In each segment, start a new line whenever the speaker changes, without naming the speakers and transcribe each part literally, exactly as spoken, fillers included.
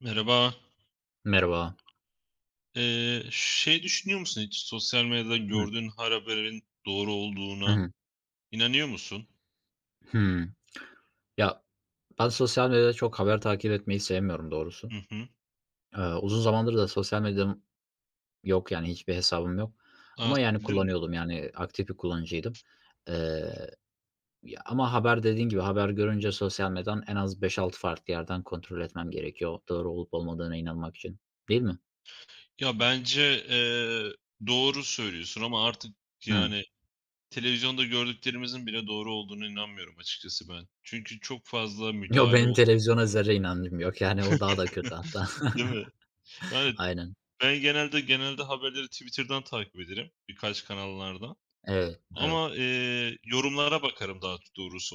Merhaba.
Merhaba.
Eee, şey düşünüyor musun hiç? Sosyal medyada
Hı.
gördüğün her haberin doğru
Hı
olduğuna
hı.
inanıyor musun?
Hımm. Ya, ben sosyal medyada çok haber takip etmeyi sevmiyorum doğrusu.
Hı hı.
Eee, uzun zamandır da sosyal medyam yok, yani, hiçbir hesabım yok
A,
ama, yani,
sildin mi?
kullanıyordum, yani, aktif bir kullanıcıydım. Eee, ya, Ama haber dediğin gibi haber görünce sosyal medyadan en az beş altı farklı yerden kontrol etmem gerekiyor doğru olup olmadığına inanmak için, değil mi?
Ya, bence, eee, doğru söylüyorsun ama artık,
Hıı.
yani, televizyonda gördüklerimizin bile doğru olduğunu inanmıyorum açıkçası ben. Çünkü çok fazla
Yo,
müdahale
benim
oldu.
televizyona zerre inancım yok, yani, o daha da kötü hatta.
Değil mi? Yani,
Aynen.
ben genelde genelde haberleri Twitter'dan takip ederim birkaç kanallardan.
Evet, evet.
Ama, eee, yorumlara bakarım daha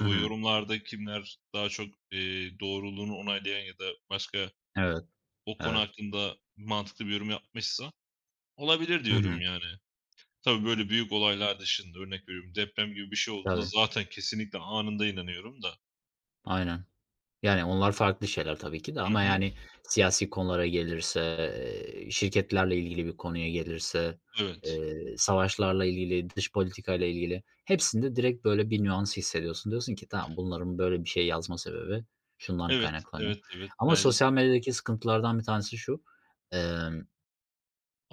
Hı
O
hı.
yorumlarda kimler daha çok, eee, doğruluğunu onaylayan ya da başka
Evet,
o konu
evet.
hakkında mantıklı bir yorum yapmışsa olabilir
Hı hı.
diyorum yani. Tabii, böyle büyük olaylar dışında örnek veriyorum deprem gibi bir şey olduğunda
Tabii.
zaten kesinlikle anında inanıyorum da.
Aynen. Yani onlar farklı şeyler tabii ki de
Hı
ama
hı.
yani siyasi konulara gelirse, eee, şirketlerle ilgili bir konuya gelirse,
Evet.
eee, savaşlarla ilgili, dış politikayla ilgili hepsinde direkt böyle bir nüans hissediyorsun. Diyorsun ki tamam bunların böyle bir şey yazma sebebi şundan
Evet,
kaynaklanıyor.
evet, evet.
Ama
Bence
sosyal medyadaki sıkıntılardan bir tanesi şu, emm,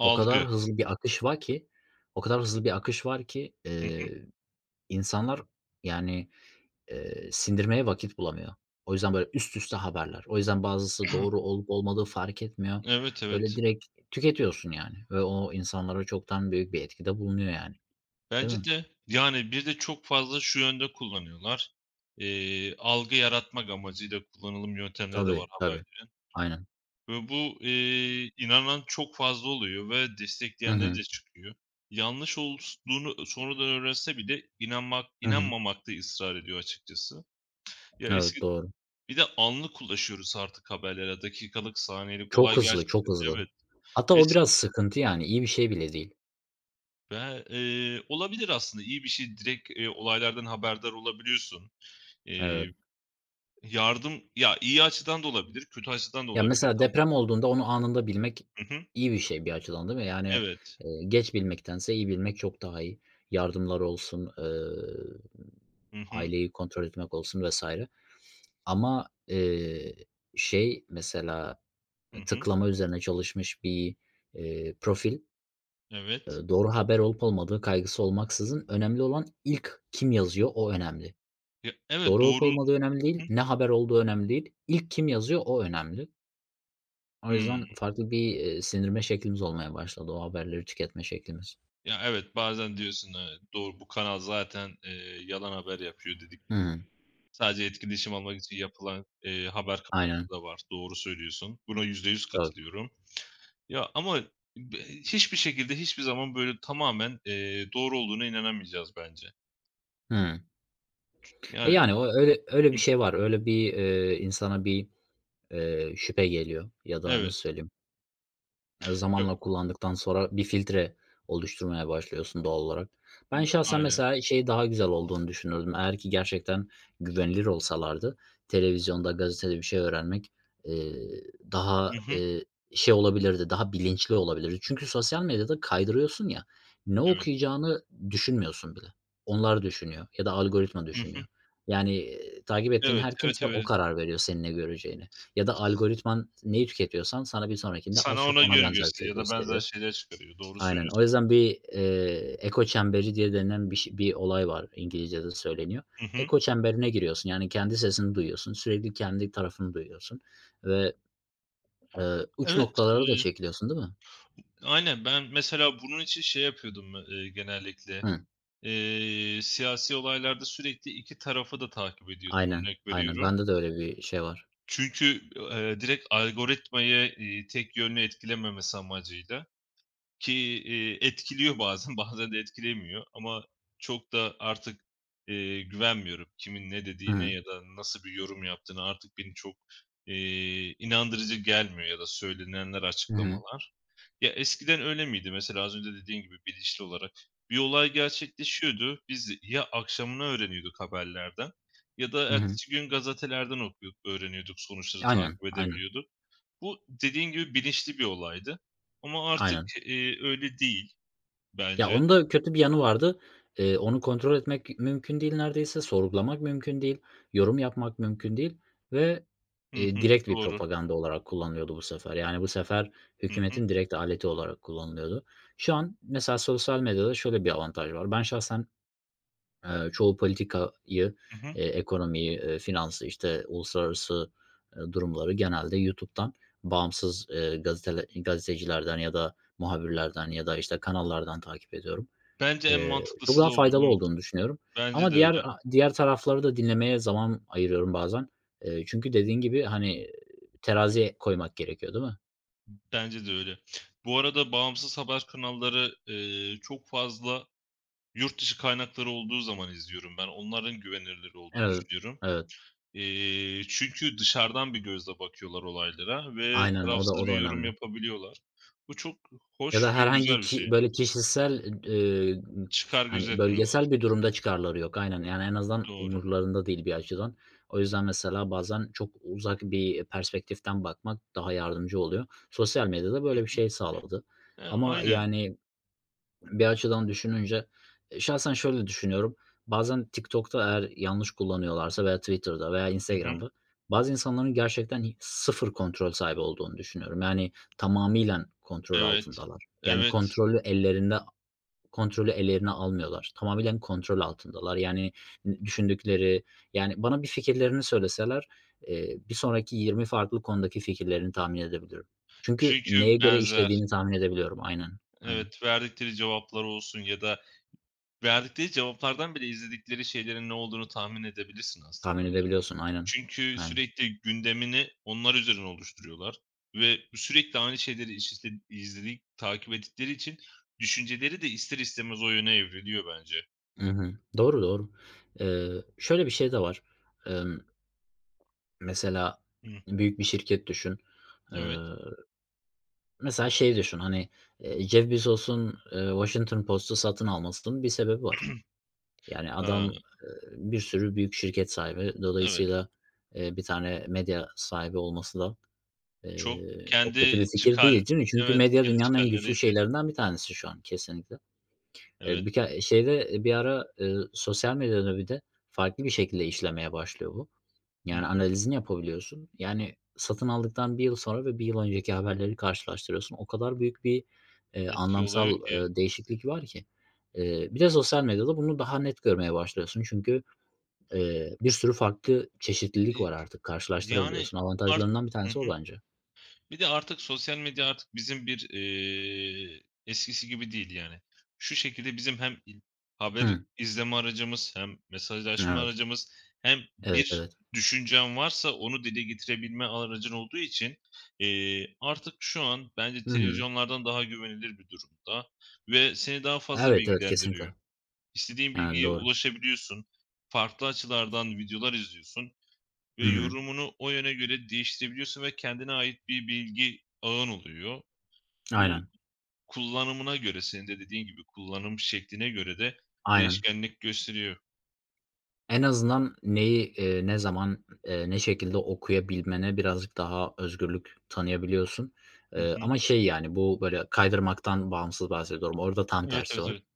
o kadar hızlı bir akış var ki o kadar hızlı bir akış var ki,
Hı hı.
eee, insanlar yani Eee, sindirmeye vakit bulamıyor. O yüzden, böyle, üst üste haberler. O yüzden bazısı doğru olup olmadığı fark etmiyor.
Evet,
Böyle,
evet.
direkt tüketiyorsun, yani, ve o insanlara çoktan büyük bir etkide bulunuyor, yani, değil
Bence
mi?
de. Yani, bir de çok fazla şu yönde kullanıyorlar. Eee, algı yaratmak amacıyla kullanılım yöntemleri de var
Tabii, tabii.
haberde
Aynen.
ve bu, eee, inanan çok fazla oluyor ve
Hı
destekleyenleri
hı.
de çıkıyor. Yanlış olduğunu sonradan öğrense bile inanmak
Hı hı.
inanmamakta ısrar ediyor açıkçası. Ya,
Evet,
eski
doğru.
Bir de anlık ulaşıyoruz artık haberlere. Dakikalık, saniyelik
Çok
olay
hızlı,
gerçekten
çok hızlı.
evet.
Hatta o
Es
biraz sıkıntı, yani, İyi bir şey bile değil.
Ve, eee, olabilir aslında iyi bir şey direkt, eee, olaylardan haberdar olabiliyorsun.
Evet.
Eee Yardım ya, iyi açıdan da olabilir, kötü açıdan da
Ya,
olabilir.
mesela
Tam.
deprem olduğunda onu anında bilmek
Hı hı.
iyi bir şey bir açıdan, değil mi? Yani,
Evet.
eee, geç bilmektense iyi bilmek çok daha iyi. Yardımlar olsun, eee,
Hı hı.
aileyi kontrol etmek olsun vesaire. Ama, eee, şey mesela
Hı hı.
tıklama üzerine çalışmış bir, eee, profil,
Evet.
eee, doğru haber olup olmadığı kaygısı olmaksızın önemli olan ilk kim yazıyor o önemli.
Ya, evet,
Doğru olup
doğru.
olmadığı
Hı
önemli değil,
hı.
ne haber olduğu önemli değil, ilk kim yazıyor o önemli. O
Hımm.
yüzden farklı bir, eee, sindirme şeklimiz olmaya başladı o haberleri tüketme şeklimiz.
Ya, evet, bazen diyorsun, evet, doğru, bu kanal zaten, eee, yalan haber yapıyor dedik.
Hı hı.
Sadece etkileşim almak için yapılan, eee, haber
Aynen.
kanalları da var. Doğru söylüyorsun. Buna yüzde yüz
Tabii.
katılıyorum. Ya, ama be Hiçbir şekilde, hiçbir zaman böyle tamamen, eee, doğru olduğuna inanamayacağız bence.
Hı. E,
Yani.
yani o öyle öyle
Hı.
bir şey var. Öyle bir, eee, insana bir, eee, şüphe geliyor ya da
Evet.
nasıl söyleyeyim, Eee,
Yok.
zamanla kullandıktan sonra bir filtre oluşturmaya başlıyorsun doğal olarak. Ben şahsen
Aynen.
mesela şey daha güzel olduğunu düşünürdüm. Eğer ki gerçekten güvenilir olsalardı televizyonda, gazetede bir şey öğrenmek, eee, daha,
Hı hı.
eee, şey olabilirdi, daha bilinçli olabilirdi. Çünkü sosyal medyada kaydırıyorsun ya, ne
Evet.
okuyacağını düşünmüyorsun bile. Onlar düşünüyor ya da algoritma
Hı
düşünüyor.
hı.
Yani, eee, takip ettiğin
Evet,
her
evet,
kimse o
evet.
karar veriyor senin ne göreceğine. Ya da algoritman neyi tüketiyorsan sana bir sonrakinde az
Sana
çok
ona
ona
göre
benzer bir şey
gösteriyor ya da benzer
gösteriyor.
şeyler çıkarıyor. Doğru
Aynen. O
söylüyorsun.
yüzden bir, eee, eko çemberi diye denilen bir ş bir olay var, İngilizce'de söyleniyor.
Hı hı.
Eko çemberine giriyorsun, yani kendi sesini duyuyorsun, sürekli kendi tarafını duyuyorsun ve, eee, uç
Evet,
noktalara da
eee,
çekiliyorsun, değil mi?
aynen. Ben mesela bunun için şey yapıyordum, eee, genellikle.
Hı.
Eee, siyasi olaylarda sürekli iki tarafı da takip ediyordum,
Aynen,
örnek
aynen.
veriyorum.
Bende de öyle bir şey var.
Çünkü, eee, direkt algoritmayı, iii, tek yönlü etkilememesi amacıyla. Ki, eee, etkiliyor bazen, bazen de etkilemiyor ama çok da artık, eee, güvenmiyorum. Kimin ne
Hı
dediğine
hı.
ya da nasıl bir yorum yaptığına artık beni çok, eee, inandırıcı gelmiyor ya da söylenenler,
Hı hı.
açıklamalar. Ya, eskiden öyle miydi? Mesela az önce dediğin gibi bilinçli olarak bir olay gerçekleşiyordu. Biz ya akşamına öğreniyorduk haberlerden ya da
Hı hı.
ertesi gün gazetelerden okuyup öğreniyorduk, sonuçları
Aynen,
takip
aynen,
edebiliyorduk. Bu dediğin gibi bilinçli bir olaydı ama artık,
aynen.
eee, öyle değil
Ya,
bence.
onun da kötü bir yanı vardı. Eee, onu kontrol etmek mümkün değil neredeyse, sorgulamak mümkün değil, yorum yapmak mümkün değil ve,
Hı
eee,
hı,
direkt bir
doğru.
propaganda olarak kullanılıyordu bu sefer. Yani, bu sefer
Hı hı,
hükümetin direkt aleti olarak kullanılıyordu. Şu an mesela sosyal medyada şöyle bir avantaj var. Ben şahsen, eee, çoğu politikayı, eee,
hı hı.
ekonomiyi, eee, finansı, işte, uluslararası, eee, durumları genelde YouTube'dan bağımsız, eee, gazetele gazetecilerden ya da muhabirlerden ya da, işte, kanallardan takip ediyorum.
Bence en
Eee, çok
mantıklısı da
daha
o,
faydalı
biliyor
olduğunu
musun?
düşünüyorum
Bence
ama
de
diğer
öyle,
diğer tarafları da dinlemeye zaman ayırıyorum bazen. Eee, çünkü dediğin gibi, hani, teraziye koymak gerekiyor, değil mi?
bence de öyle. Bu arada bağımsız haber kanalları, eee, çok fazla yurt dışı kaynakları olduğu zaman izliyorum ben. Onların güvenilir olduğunu
Evet,
düşünüyorum.
evet.
Eee, çünkü dışarıdan bir gözle bakıyorlar olaylara ve
Aynen, o da
tarafsız
o da
bir yorum
önemli.
yapabiliyorlar. Bu çok
Ya da
hoş ve
herhangi
güzel bir
ki
şey.
böyle kişisel, eee,
Çıkar
hani,
gözetmiyorlar.
bölgesel bir durumda çıkarları yok. Aynen, yani, en azından
Doğru.
umurlarında değil bir açıdan. O yüzden mesela bazen çok uzak bir perspektiften bakmak daha yardımcı oluyor. Sosyal medya da böyle bir şey sağladı
E,
ama,
aynen.
yani, bir açıdan düşününce eee, şahsen şöyle düşünüyorum. Bazen TikTok'ta eğer yanlış kullanıyorlarsa veya Twitter'da veya
Hı hı.
Instagram'da bazı insanların gerçekten hi sıfır kontrol sahibi olduğunu düşünüyorum. Yani tamamıyla kontrol
Evet.
altındalar. Yani
Evet.
kontrolü ellerinde kontrolü ellerine almıyorlar. Tamamıyla kontrol altındalar. Yani düşündükleri, yani bana bir fikirlerini söyleseler, eee, bir sonraki yirmi farklı konudaki fikirlerini tahmin edebilirim. Çünkü neye
Çünkü
göre
benzer.
işlediğini tahmin edebiliyorum. Aynen, aynen.
Evet, verdikleri cevaplar olsun ya da verdikleri cevaplardan bile izledikleri şeylerin ne olduğunu tahmin edebilirsin
Tahmin
aslında ya.
edebiliyorsun, aynen.
Çünkü
Aynen.
sürekli gündemini onlar üzerine oluşturuyorlar ve sürekli aynı şeyleri işte izledik takip ettikleri için düşünceleri de ister istemez o yöne evriliyor bence.
Hı hı. Doğru, doğru. Eee, şöyle bir şey de var. Emm, Mesela
Hıh.
büyük bir şirket düşün. Eee,
Evet.
Mesela şey düşün, hani, eee, Jeff Bezos'un, eee, Washington Post'u satın almasının bir sebebi var. Yani adam,
Aaa,
eee, bir sürü büyük şirket sahibi.
evet.
Dolayısıyla, eee, bir tane medya sahibi olması da,
Çok
eee, çok kötü bir
kendi
fikir
çıkar
değil, değil mi? Çünkü
Evet,
medya
kendi
dünyanın en
çıkarları
güçlü
için.
şeylerinden bir tanesi şu an kesinlikle. Eee,
Evet.
bir ke şeyde bir ara, ııı, sosyal medyada bir de farklı bir şekilde işlemeye başlıyor bu.
Hı
Yani
hı.
analizini yapabiliyorsun. Yani satın aldıktan bir yıl sonra ve bir yıl önceki haberleri karşılaştırıyorsun. O kadar büyük bir, eee,
Etki oluyor
anlamsal,
ki.
ııı, değişiklik var ki. Eee, bir de sosyal medyada bunu daha net görmeye başlıyorsun. Çünkü, eee, bir sürü farklı çeşitlilik
İ
var artık
yani
karşılaştırabiliyorsun.
art
Avantajlarından bir
Hı
tanesi o
hı.
bence.
Bir de artık sosyal medya artık bizim bir, eee, eskisi gibi değil yani. Şu şekilde bizim hem il Haber
Hıı.
izleme aracımız hem mesajlaşma
Evet.
aracımız hem
Evet,
bir
evet.
düşüncen varsa onu dile getirebilme aracın olduğu için, eee, artık şu an bence
Hı hı.
televizyonlardan daha güvenilir bir durumda ve seni daha fazla
Evet, evet, kesinlikle.
bilgilendiriyor. İstediğin
Yani
bilgiye
doğru.
ulaşabiliyorsun. Farklı açılardan videolar izliyorsun. Ve
Hı hı.
yorumunu o yöne göre değiştirebiliyorsun ve kendine ait bir bilgi ağın oluyor. Bu
Aynen.
kullanımına göre, senin de dediğin gibi kullanım şekline göre de
Aynen.
değişkenlik gösteriyor.
En azından neyi, eee, ne zaman, eee, ne şekilde okuyabilmene birazcık daha özgürlük tanıyabiliyorsun.
Hı
Eee,
hı.
ama şey, yani, bu böyle kaydırmaktan bağımsız bahsediyorum. Orada tam
Evet,
tersi
evet,
var.
evet.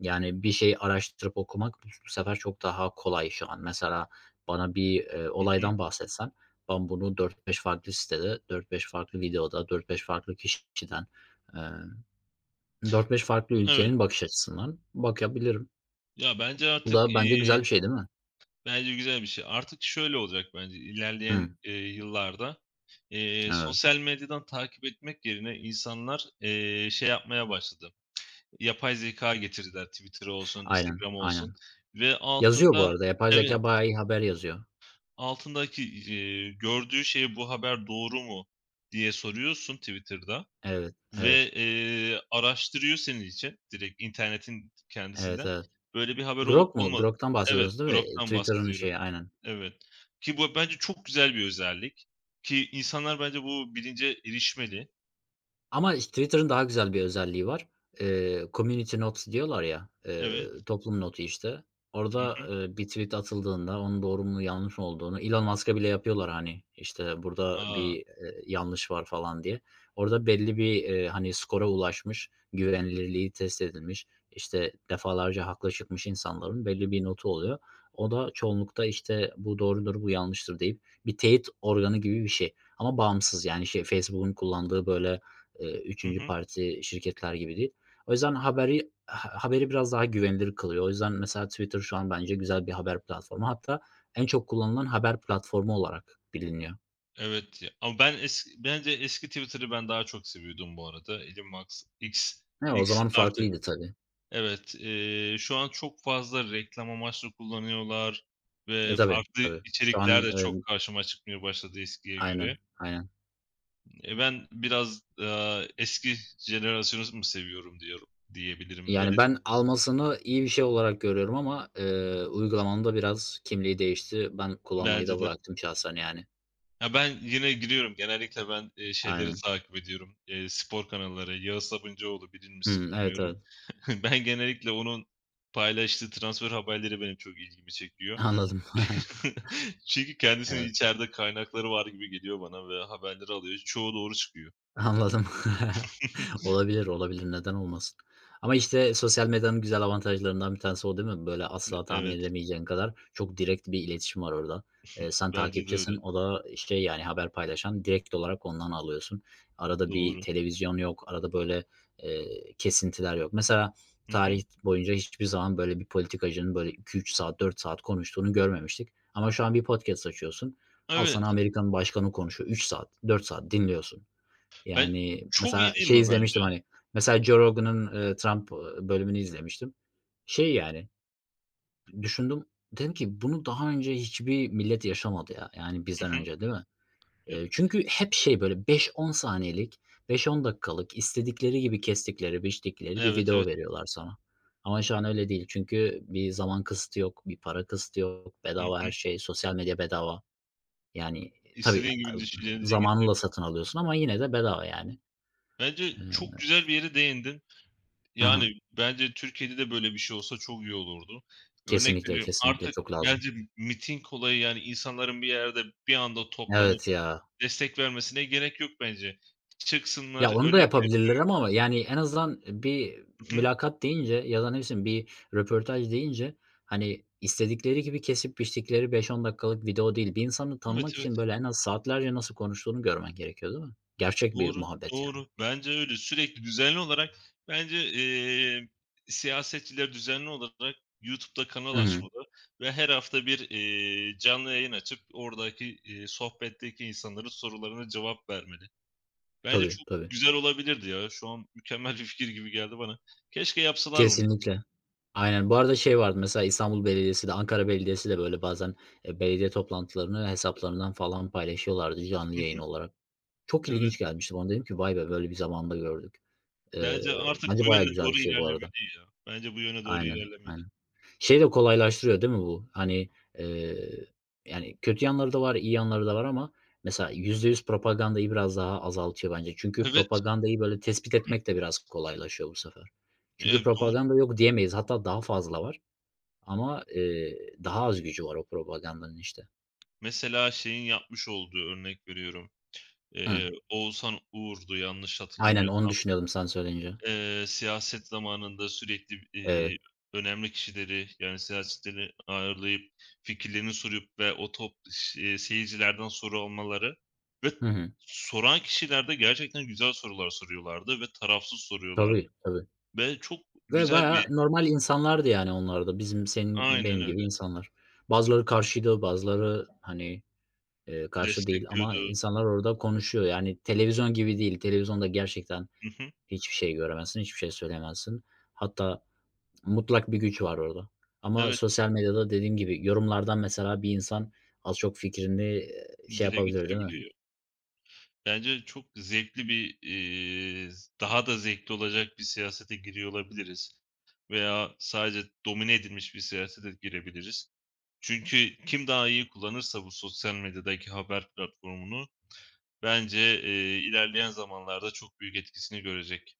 Yani, bir şeyi araştırıp okumak bu bu sefer çok daha kolay şu an. Mesela bana bir, eee,
Hı hı.
olaydan bahsetsen ben bunu dört beş farklı sitede, dört beş farklı videoda, dört beş farklı kişiden, eee, dört beş farklı ülkenin
Evet.
bakış açısından bakabilirim.
Ya, bence
Bu da
artık,
bence güzel bir
iii,
şey değil mi?
bence güzel bir şey. Artık şöyle olacak bence ilerleyen,
Hı,
eee, yıllarda, eee,
evet.
sosyal medyadan takip etmek yerine insanlar, eee, şey yapmaya başladı, yapay zeka getirdiler Twitter olsun,
Aynen,
Instagram olsun
aynen.
ve
Yazıyor bu
altında.
arada, yapay
Evet.
zekâ bayağı iyi haber yazıyor.
Altındaki, eee, gördüğü şey "Bu haber doğru mu?" diye soruyorsun Twitter'da
Evet, evet,
ve, eee, araştırıyor senin için direkt internetin
evet,
kendisinden.
evet.
Böyle bir haber olup
Grok mu?
olma
Grok'tan
Evet,
bahsediyorsunuz değil mi?
Grok'tan
Twitter'ın
bahsediyorum.
şeyi, aynen.
Evet. Ki bu bence çok güzel bir özellik ki insanlar bence bu bilince erişmeli.
Ama iş Twitter'ın daha güzel bir özelliği var. Eee, community notes diyorlar ya, eee,
Evet.
toplum notu işte. Orada,
Hı hı.
eee, bir tweet atıldığında onun doğru mu yanlış mı olduğunu Elon Musk'a bile yapıyorlar, hani, işte, burada bir,
A!
eee, yanlış var falan diye. Orada belli bir, eee, hani, skora ulaşmış, güvenilirliği test edilmiş, işte, defalarca haklı çıkmış insanların belli bir notu oluyor. O da çoğunlukta, işte, bu doğrudur, bu yanlıştır deyip bir teyit organı gibi bir şey ama bağımsız yani şey Facebook'un kullandığı böyle, Eee,
Hı
üçüncü
hı.
parti şirketler gibi değil. O yüzden haberi ha haberi biraz daha güvenilir kılıyor. O yüzden mesela Twitter şu an bence güzel bir haber platformu. Hatta en çok kullanılan haber platformu olarak biliniyor.
Evet ya ama ben es Bence eski Twitter'ı ben daha çok seviyordum bu arada. Elon Musk X
He, o
X
zaman
Artık
farklıydı tabii.
evet, eee, şu an çok fazla reklam amaçlı kullanıyorlar
E,
ve
tabii,
farklı
tabii. Şu
içerikler
an,
de
emm
çok karşıma çıkmaya başladı eskiye
aynen,
göre.
aynen.
E, ben biraz, aaa, eski jenerasyonu mu seviyorum diyorum diyebilirim.
Yani
Öyle
ben almasını iyi bir şey olarak görüyorum ama, eee, uygulamanın da biraz kimliği değişti. Ben kullanmayı
bence
da
de.
bıraktım şahsen yani.
Ya, ben yine giriyorum. Genellikle ben, eee, şeyleri
Aynen.
takip ediyorum, eee, spor kanalları. Yağız Sabuncuoğlu bilir misin
Hımm. Evet,
bilmiyorum.
evet.
Ben genellikle onun paylaştığı transfer haberleri benim çok ilgimi çekiyor.
Anladım.
Çünkü kendisinin
Evet.
içeride kaynakları var gibi geliyor bana ve haberleri alıyor. Çoğu doğru çıkıyor.
Anladım. Olabilir, olabilir. Neden olmasın? Ama, işte, sosyal medyanın güzel avantajlarından bir tanesi o değil mi? Böyle asla tahmin
Evet,
edemeyeceğin kadar çok direkt bir iletişim var orada. Eee, sen
bence de
takipçisin,
öyle.
o da, işte, yani, haber paylaşan. Direkt olarak ondan alıyorsun. Arada bir
Doğru.
televizyon yok, arada, böyle, eee, kesintiler yok. Mesela
Hı hı.
tarih boyunca hiçbir zaman böyle bir politikacının böyle iki üç saat, dört saat konuştuğunu görmemiştik. Ama şu an bir podcast açıyorsun. Al sana
Evet,
Amerikan başkanı konuşuyor. Üç saat, dört saat dinliyorsun.
ben
Yani,
Çok
mesela
iyi değil
şey
mi bence?
izlemiştim, hani, mesela Joe Rogan'ın, ııı, Trump, ııı, bölümünü izlemiştim. Şey, yani, düşündüm, dedim ki bunu daha önce hiçbir millet yaşamadı ya, yani, bizden
Hı hı.
önce, değil mi? Eee, çünkü hep şey, böyle beş on saniyelik, beş on dakikalık, istedikleri gibi kestikleri, biçtikleri bir
Evet,
video
evet.
veriyorlar sana. Ama şu an öyle değil. Çünkü bir zaman kısıtı yok, bir para kısıtı yok,
Hı
bedava
hı.
her şey, sosyal medya bedava. Yani, tabii, e,
İstediğin gibi düşüncelerini dile
zamanını da
getiriyorsun.
satın alıyorsun ama yine de bedava, yani.
Bence
Eee
çok güzel bir yere değindin.
Hı hı.
Yani, bence Türkiye'de de böyle bir şey olsa çok iyi olurdu. Örnek
Kesinlikle,
veriyorum,
kesinlikle
artık
çok lazım.
bence miting olayı, yani, insanların bir yerde bir anda toplanıp
Evet ya.
destek vermesine gerek yok bence.
Ya,
Çıksınlar,
onu da
örnek ver
yapabilirler ama ama yani en azından bir
Hı hı.
mülakat deyince ya da ne bileyim bir röportaj deyince, hani, istedikleri gibi kesip biçtikleri beş on dakikalık video değil. Bir insanı
Evet,
tanımak
evet.
için böyle en az saatlerce nasıl konuştuğunu görmen gerekiyor, değil mi? Gerçek bir
Doğru,
muhabbet yani.
doğru. Bence öyle. Sürekli düzenli olarak bence, eee, siyasetçiler düzenli olarak YouTube'da kanal
Hı hı.
açmalı ve her hafta bir, eee, canlı yayın açıp oradaki, eee, sohbetteki insanların sorularına cevap vermeli. Bence
Tabii,
çok
tabii.
güzel olabilirdi ya. Şu an mükemmel bir fikir gibi geldi bana. Keşke yapsalar bunu.
Kesinlikle. Aynen. Bu arada şey vardı mesela İstanbul Belediyesi de Ankara Belediyesi de böyle bazen, eee, belediye toplantılarını hesaplarından falan paylaşıyorlardı canlı
Hı
yayın
hı.
olarak. Çok
Evet.
ilginç gelmişti bana. Dedim ki "Vay be, böyle bir zamanda gördük." Eee,
Bence artık
Bence
bu
bayağı
yöne
güzel bir
doğru
şey bu arada.
ilerlemeli ya. Bence bu yöne doğru
Aynen,
ilerlemeli.
aynen. Şeyi de kolaylaştırıyor değil mi bu? Hani, eee, yani kötü yanları da var, iyi yanları da var ama mesela yüzde yüz propagandayı biraz daha azaltıyor bence. Çünkü
Evet,
propagandayı böyle tespit etmek de biraz kolaylaşıyor bu sefer. Çünkü
eee, doğru.
propaganda yok diyemeyiz. Hatta daha fazla var ama, eee, daha az gücü var o propagandanın işte.
Mesela şeyin yapmış olduğu, örnek veriyorum,
Hı.
eee, Oğuzhan Uğur'du yanlış
Aynen, onu
hatırlamıyorsam.
düşünüyordum sen söyleyince.
Eee, siyaset zamanında sürekli,
Evet.
iii, önemli kişileri, yani, siyasetçileri ağırlayıp fikirlerini sorup ve o top ş seyircilerden soru almaları ve
Hı hı.
soran kişiler de gerçekten güzel sorular soruyorlardı ve tarafsız soruyorlardı
Tabii, tabii.
ve çok
Ve
güzel
bayağı
bir.
normal insanlardı yani onlar da. Bizim, senin,
Aynen
benim gibi
öyle.
insanlar. Bazıları karşıydı, bazıları, hani, eee, karşı değil ama
Destekliyordu.
insanlar orada konuşuyor. Yani televizyon gibi değil. Televizyonda gerçekten
Hı hı.
hiçbir şey göremezsin, hiçbir şey söyleyemezsin. Hatta mutlak bir güç var orada. Ama
Evet,
sosyal medyada dediğim gibi yorumlardan mesela bir insan az çok fikrini, eee, şey
dile
yapabilir değil mi?
getirebiliyor. Bence çok zevkli bir, eee, daha da zevkli olacak bir siyasete giriyor olabiliriz veya sadece domine edilmiş bir siyasete girebiliriz. Çünkü kim daha iyi kullanırsa bu sosyal medyadaki haber platformunu bence, eee, ilerleyen zamanlarda çok büyük etkisini görecek.